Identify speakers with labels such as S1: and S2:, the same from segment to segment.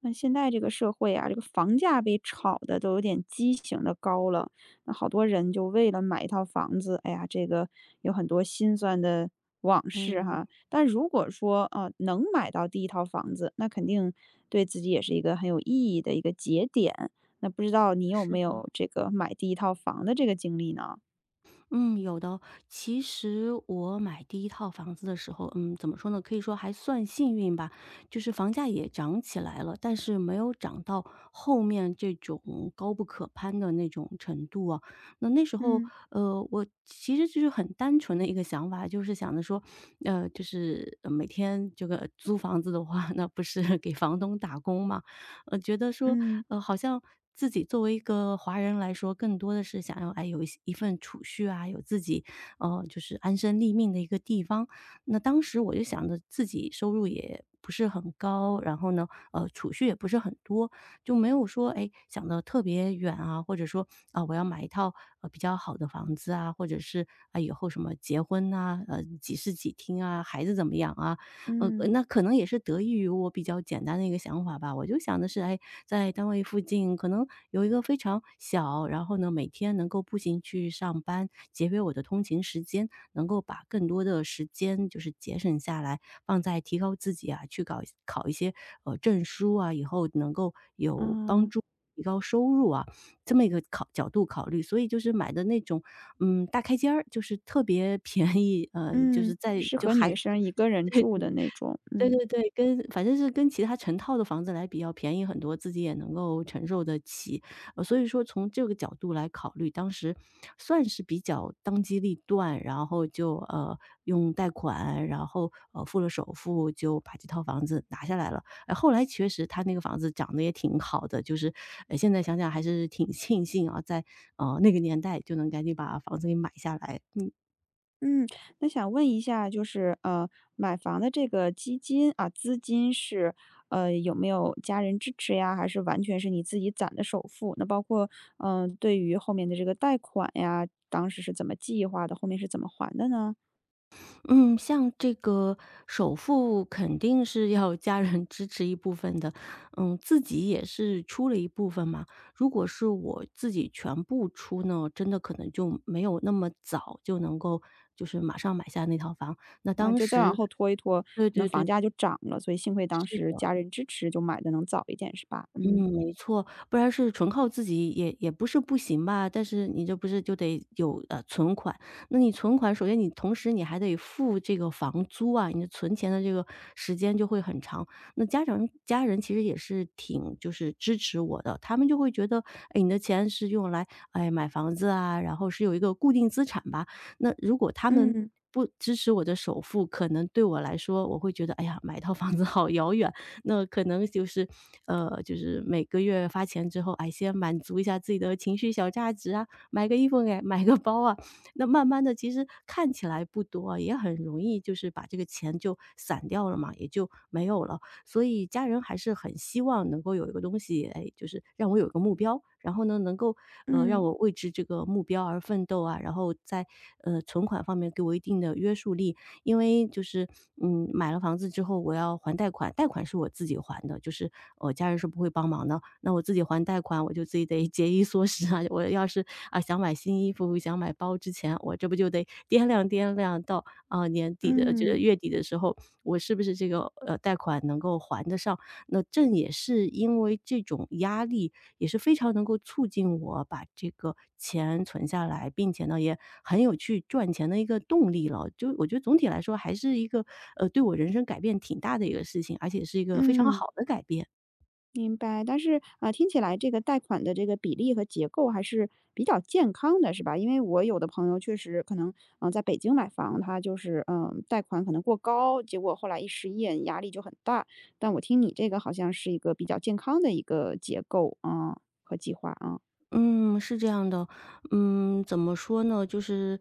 S1: 那现在这个社会啊，这个房价被炒的都有点畸形的高了，那好多人就为了买一套房子，哎呀，这个有很多心酸的往事
S2: 嗯，
S1: 哈。但如果说啊，能买到第一套房子，那肯定对自己也是一个很有意义的一个节点。那不知道你有
S2: 是
S1: 没
S2: 的，
S1: 有这个买第一套房的这个经历呢？
S2: 嗯，有的。其实我买第一套房子的时候，怎么说呢？可以说还算幸运吧，就是房价也涨起来了，但是没有涨到后面这种高不可攀的那种程度啊。那那时候，
S1: 嗯
S2: 我其实就是很单纯的一个想法，就是想着说，每天这个租房子的话，那不是 给房东打工嘛？觉得说，
S1: 嗯
S2: 好像自己作为一个华人来说，更多的是想要，哎，有一份储蓄啊，有自己，就是安身立命的一个地方。那当时我就想着自己收入也不是很高，然后呢，储蓄也不是很多，就没有说，哎，想的特别远啊，或者说啊、我要买一套比较好的房子啊，或者是啊、以后什么结婚啊，几室几厅啊，孩子怎么样啊，
S1: 嗯
S2: 那可能也是得益于我比较简单的一个想法吧，我就想的是，哎，在单位附近可能有一个非常小，然后呢，每天能够步行去上班，节约我的通勤时间，能够把更多的时间就是节省下来，放在提高自己啊，去搞考一些证书啊，以后能够有帮
S1: 嗯
S2: 助。提高收入啊，这么一个角度考虑，所以就是买的那种，嗯，大开间儿，就是特别 便宜，就是
S1: 嗯，
S2: 在
S1: 适
S2: 就
S1: 合
S2: 还
S1: 女生一个人住的那种，
S2: 对
S1: 嗯。
S2: 对对，跟反正是跟其他成套的房子来比要便宜很多，自己也能够承受得起。呃，所以说从这个角度来考虑，当时算是比较当机立断，然后就，用贷款，然后，付了首付，就把这套房子拿下来了。哎，后来确实他那个房子涨得也挺好的，就是，现在想想还是挺 庆幸啊，在，那个年代就能赶紧把房子给买下来。嗯。
S1: 嗯，那想问一下，就是买房的这个基金啊，资金是有没有家人支持呀？还是完全是你自己攒的首付？那包括对于后面的这个贷款呀，当时是怎么计划的？后面是怎么还的呢？
S2: 嗯，像这个首付肯定是要家人支持一部分的，嗯，自己也是出了一部分嘛。如果是我自己全部出呢，真的可能就没有那么早就能够，就是马上买下那套房。那
S1: 啊，
S2: 当
S1: 就再往
S2: 时
S1: 后拖一拖，可
S2: 对
S1: 能
S2: 对对，
S1: 房价就涨了，所以幸亏当
S2: 是
S1: 时
S2: 的。
S1: 家人支持，就买的能早一点，是吧？
S2: 嗯，没错，不然是纯靠自己也不是不行吧，但是你这不是就得有存款，那你存款首先你同时你还得付这个房租啊，你的存钱的这个时间就会很长。那家人其实也是挺就是支持我的，他们就会觉得，哎，你的钱是用来哎买房子啊，然后是有一个固定资产吧。那如果他
S1: 嗯
S2: 们
S1: 嗯
S2: 不支持我的首付，可能对我来说，我会觉得，哎呀，买一套房子好遥远，那可能就是，就是每个月发钱之后，哎，先满足一下自己的情绪小价值啊，买个衣服给买个包啊，那慢慢的，其实看起来不多啊，也很容易就是把这个钱就散掉了嘛，也就没有了。所以家人还是很希望能够有一个东西，哎，就是让我有一个目标，然后呢，能够，让
S1: 嗯
S2: 我为之这个目标而奋斗啊，然后在，存款方面给我一定的约束力。因为就是，嗯，买了房子之后我要还贷款，贷款是我自己还的，就是我家人是不会帮忙的。那我自己还贷款，我就自己得节衣缩食啊。我要是啊想买新衣服、想买包之前，我这不就得掂量掂量到啊年
S1: 嗯
S2: 底的这
S1: 嗯
S2: 个
S1: 嗯。
S2: 月底的时候，我是不是这个贷款能够还得上？那正也是因为这种压力，也是非常能够促进我把这个钱存下来，并且呢，也很有去赚钱的一个动力了。就我觉得总体来说还是一个，对我人生改变挺大的一个事情，而且是一个非常好的改变。
S1: 明白，但是听起来这个贷款的这个比例和结构还是比较健康的，是吧？因为我有的朋友确实可能，在北京买房，他就是贷款可能过高，结果后来一失业，压力就很大。但我听你这个好像是一个比较健康的一个结构啊、和计划啊。
S2: 嗯，是这样的，嗯，怎么说呢？就是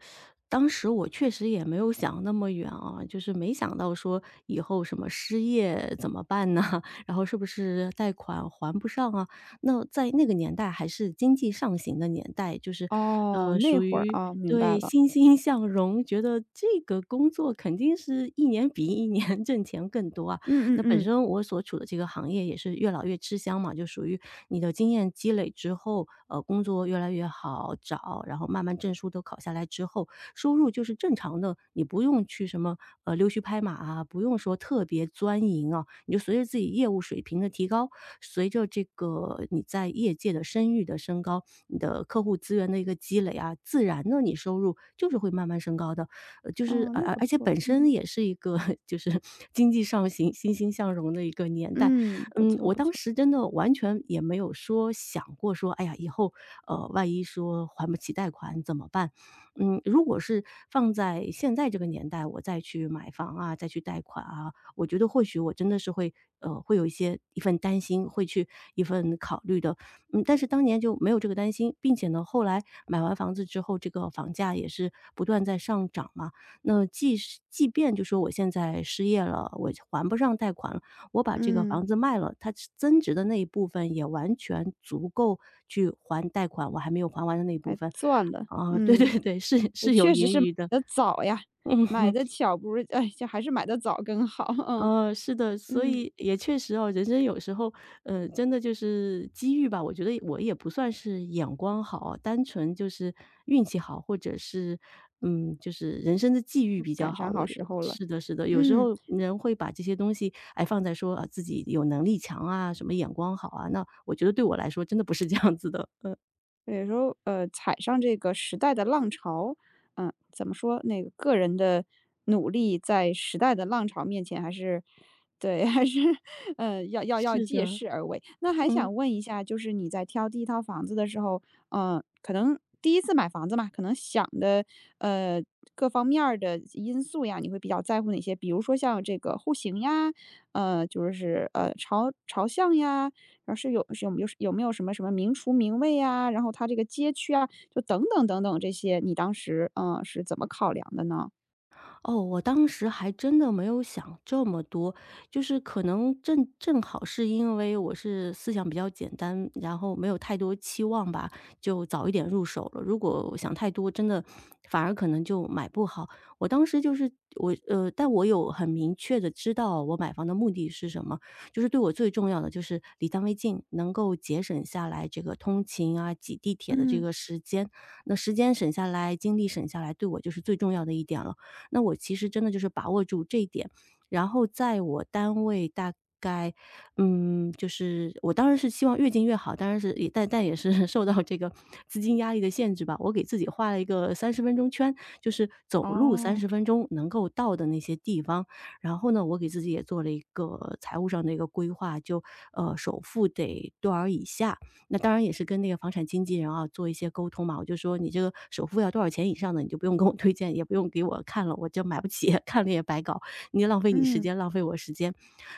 S2: 当时我确实也没有想那么远啊，就是没想到说以后什么失业怎么办呢？然后是不是贷款还不上啊？那在那个年代还是经济上行的年代，就是
S1: 哦，那
S2: 属
S1: 会儿
S2: 于
S1: 啊、明白
S2: 对
S1: 了。
S2: 欣欣向荣，觉得这个工作肯定是一年比一年 挣钱更多啊。
S1: 嗯嗯
S2: 那本
S1: 嗯，
S2: 身我所处的这个行业也是越老越吃香嘛，就属于你的经验积累之后，工作越来越好找，然后慢慢证书都考下来之后，收入就是正常的，你不用去什么溜须拍马啊，不用说特别钻营啊，你就随着自己业务水平的提高，随着这个你在业界的声誉的升高，你的客户资源的一个积累啊，自然呢你收入就是会慢慢升高的。呃，就是
S1: 哦，
S2: 而
S1: 那
S2: 而
S1: 不
S2: 而且
S1: 错，
S2: 本身
S1: 嗯
S2: 也是一个 就是经济上行欣欣向荣的一个年代。
S1: 嗯，不
S2: 嗯，
S1: 错
S2: 我
S1: 不
S2: 当
S1: 错，
S2: 时真的完全也没有说想过说，哎呀，以后万一说还不起贷款怎么办？嗯，如果是放在现在这个年代，我再去买房啊，再去贷款啊，我觉得或许我真的是会会有一份担心，会去一份考虑的。嗯，但是当年就没有这个担心，并且呢，后来买完房子之后，这个房价也是不断在上涨嘛。那即便就说我现在失业了，我还不上贷款了，我把这个
S1: 嗯。
S2: 房子卖了，它增值的那一部分也完全足够去还贷款，我还没有还完的那一部
S1: 还
S2: 分。
S1: 赚了，
S2: 啊，对
S1: 嗯。
S2: 对对，是是有
S1: 确实
S2: 盈
S1: 是买
S2: 余的，
S1: 的早呀，买
S2: 嗯。
S1: 的巧不如哎，就还是买的早更好，
S2: 是的，所
S1: 嗯，
S2: 以也确实哦，人生有时候，真的就是机遇吧。我觉得我也不算是眼光好，单纯就是运气好，或者是，嗯，就是人生的际遇
S1: 嗯，
S2: 比较
S1: 赶
S2: 好。
S1: 上
S2: 我
S1: 好时候了，
S2: 是的，是的，有时
S1: 嗯。
S2: 候人会把这些东西，哎，放在说啊自己有能力强啊，什么眼光好啊，那我觉得对我来说真的不是这样子的。嗯，
S1: 有时候，呃，踩上这个时代的浪潮，嗯，怎么说，那个个人的努力在时代的浪潮面前还是对，还是 呃，要
S2: 是
S1: 借
S2: 的，
S1: 势而为。那还
S2: 嗯。
S1: 想问一下，就是你在挑第一套房子的时候，嗯，可能第一次买房子嘛，可能想的，呃，各方面儿的因素呀，你会比较在乎哪些？比如说像这个户型呀，朝向呀，然后是有是有没有有没有什么名厨名卫呀，然后它这个街区啊，就等等等等这些，你当时，嗯是怎么考量的呢？
S2: 哦，我当时还真的没有想这么多，就是可能正好是因为我是思想比较简单，然后没有太多期望吧，就早一点入手了。如果我想太多，真的反而可能就买不好。我当时就是我有很明确的知道我买房的目的是什么，就是对我最重要的就是离单位近，能够节省下来这个通勤啊、挤地铁的这
S1: 嗯，
S2: 个时间。那时间省下来，精力省下来，对我就是最重要的一点了。那我其实真的就是把握住这一点，然后在我单位大概，嗯，就是我当然是希望越近越好，当然是也但但也是 受到这个资金压力的限制吧。我给自己画了一个三十分钟圈，就是走路三
S1: 哦，
S2: 十分钟能够到的那些地方。然后呢，我给自己也做了一个财务上的一个规划，就首付得多少以下，那当然也是跟那个房产经纪人啊做一些沟通嘛，我就说你这个首付要多少钱以上的，你就不用跟我推荐，也不用给我看了，我就买不起，看了也白搞，你浪费你时
S1: 嗯，
S2: 间，浪费我时间。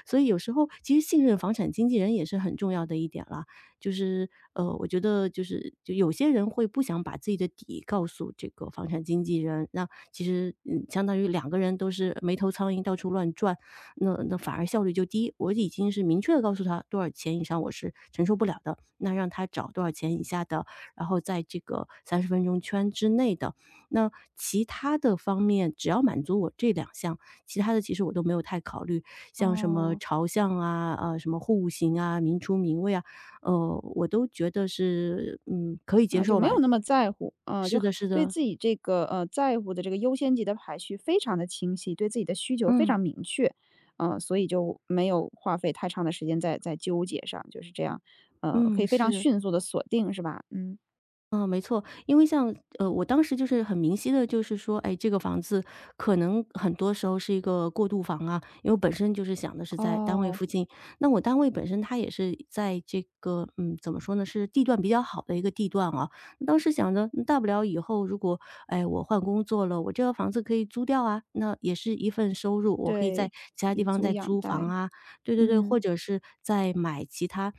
S2: 所以有时候其实信任房产经纪人也是很重要的一点了，就是我觉得就有些人会不想把自己的底告诉这个房产经纪人，那其实嗯，相当于两个人都是没头苍蝇到处乱转。那反而效率就低。我已经是明确的告诉他多少钱以上我是承受不了的，那让他找多少钱以下的，然后在这个三十分钟圈之内的。那其他的方面，只要满足我这两项，其他的其实我都没有太考虑，像什么
S1: 哦，
S2: 朝向啊，什么户型啊，明厨明卫啊，我都觉得是，嗯，可以接
S1: 那就
S2: 受
S1: 没有
S2: 吧。
S1: 那么在乎，嗯，
S2: 是
S1: 就
S2: 的是
S1: 对
S2: 的，
S1: 自己这个，呃，在乎的这个优先级的排序非常的清晰，对自己的需求非
S2: 嗯，
S1: 常明确，嗯，所以就没有花费太长的时间在纠结上，就是这样，呃，可
S2: 嗯。
S1: 以非常
S2: 是，
S1: 迅速的锁定是吧？嗯，
S2: 嗯，没错，因为像我当时就是很明晰的，就是说，哎，这个房子可能很多时候是一个过渡房啊，因为我本身就是想的是在单位
S1: 哦，
S2: 附近。那我单位本身它也是在这个，嗯，怎么说呢，是地段比较好的一个地段啊。当时想着，嗯大不了以后如果，哎，我换工作了，我这个房子可以租掉啊，那也是一份收入，我可以在
S1: 对，
S2: 其他地
S1: 以
S2: 方
S1: 租
S2: 再
S1: 养
S2: 租房
S1: 贷，
S2: 啊，对对对，或
S1: 嗯。
S2: 者是在买其他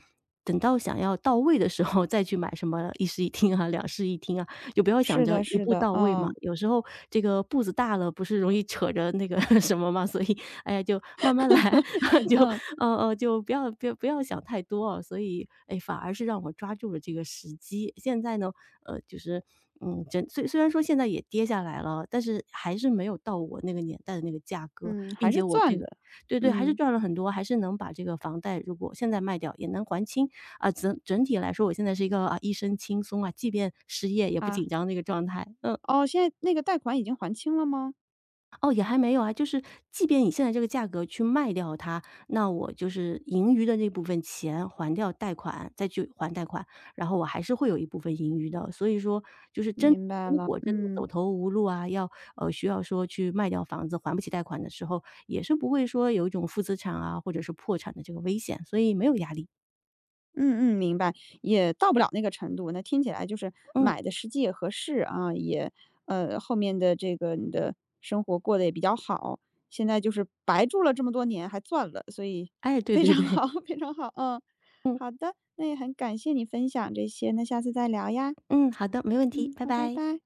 S2: 等到想要到位的时候再去买什么一室一厅啊、两室一厅啊，就不要想
S1: 是
S2: 着
S1: 的
S2: 一
S1: 是
S2: 步
S1: 的，
S2: 到位嘛。
S1: 嗯，
S2: 有时候这个步子大了，不是容易扯着那个 什么嘛，所以哎呀，就慢慢来，就
S1: 嗯，
S2: 不要不要不要想太多啊。所以哎，反而是让我抓住了这个时机。现在呢，呃，就是嗯，虽然说现在也跌下来了，但是还是没有到我那个年代的那个价格，
S1: 嗯，
S2: 并
S1: 还
S2: 且
S1: 是
S2: 我这
S1: 赚
S2: 个。
S1: 的。
S2: 对对，还是
S1: 嗯，
S2: 赚了很多，还是能把这个房贷如果现在卖掉也能还清。啊，整体来说，我现在是一个啊一身轻松啊，即便失业也不
S1: 啊，
S2: 紧张的一个状态。嗯。
S1: 哦，现在那个贷款已经还清了吗？
S2: 哦，也还没有啊，就是即便以现在这个价格去卖掉它，那我就是盈余的那部分钱还掉贷款，再去还贷款，然后我还是会有一部分盈余的。所以说就是真
S1: 明白
S2: 如
S1: 了，
S2: 果真的
S1: 嗯，
S2: 走投无路啊，要需要说去卖掉房子还不起贷款的时候，也是不会说有一种负资产啊，或者是破产的这个危险，所以没有压力。
S1: 嗯嗯，明白，也到不了那个程度，那听起来就是
S2: 嗯，
S1: 买的实际也合适啊，也后面的这个你的生活过得也比较好，现在就是白住了这么多年还赚了，所以
S2: 哎，对
S1: 非
S2: 对
S1: 常
S2: 对，
S1: 好，非常好，嗯。
S2: 嗯
S1: 好的，那也很感谢你分享这些，那下次再聊呀。
S2: 嗯，好的，没问题，
S1: 嗯，
S2: 拜
S1: 好，拜
S2: 拜。
S1: 拜。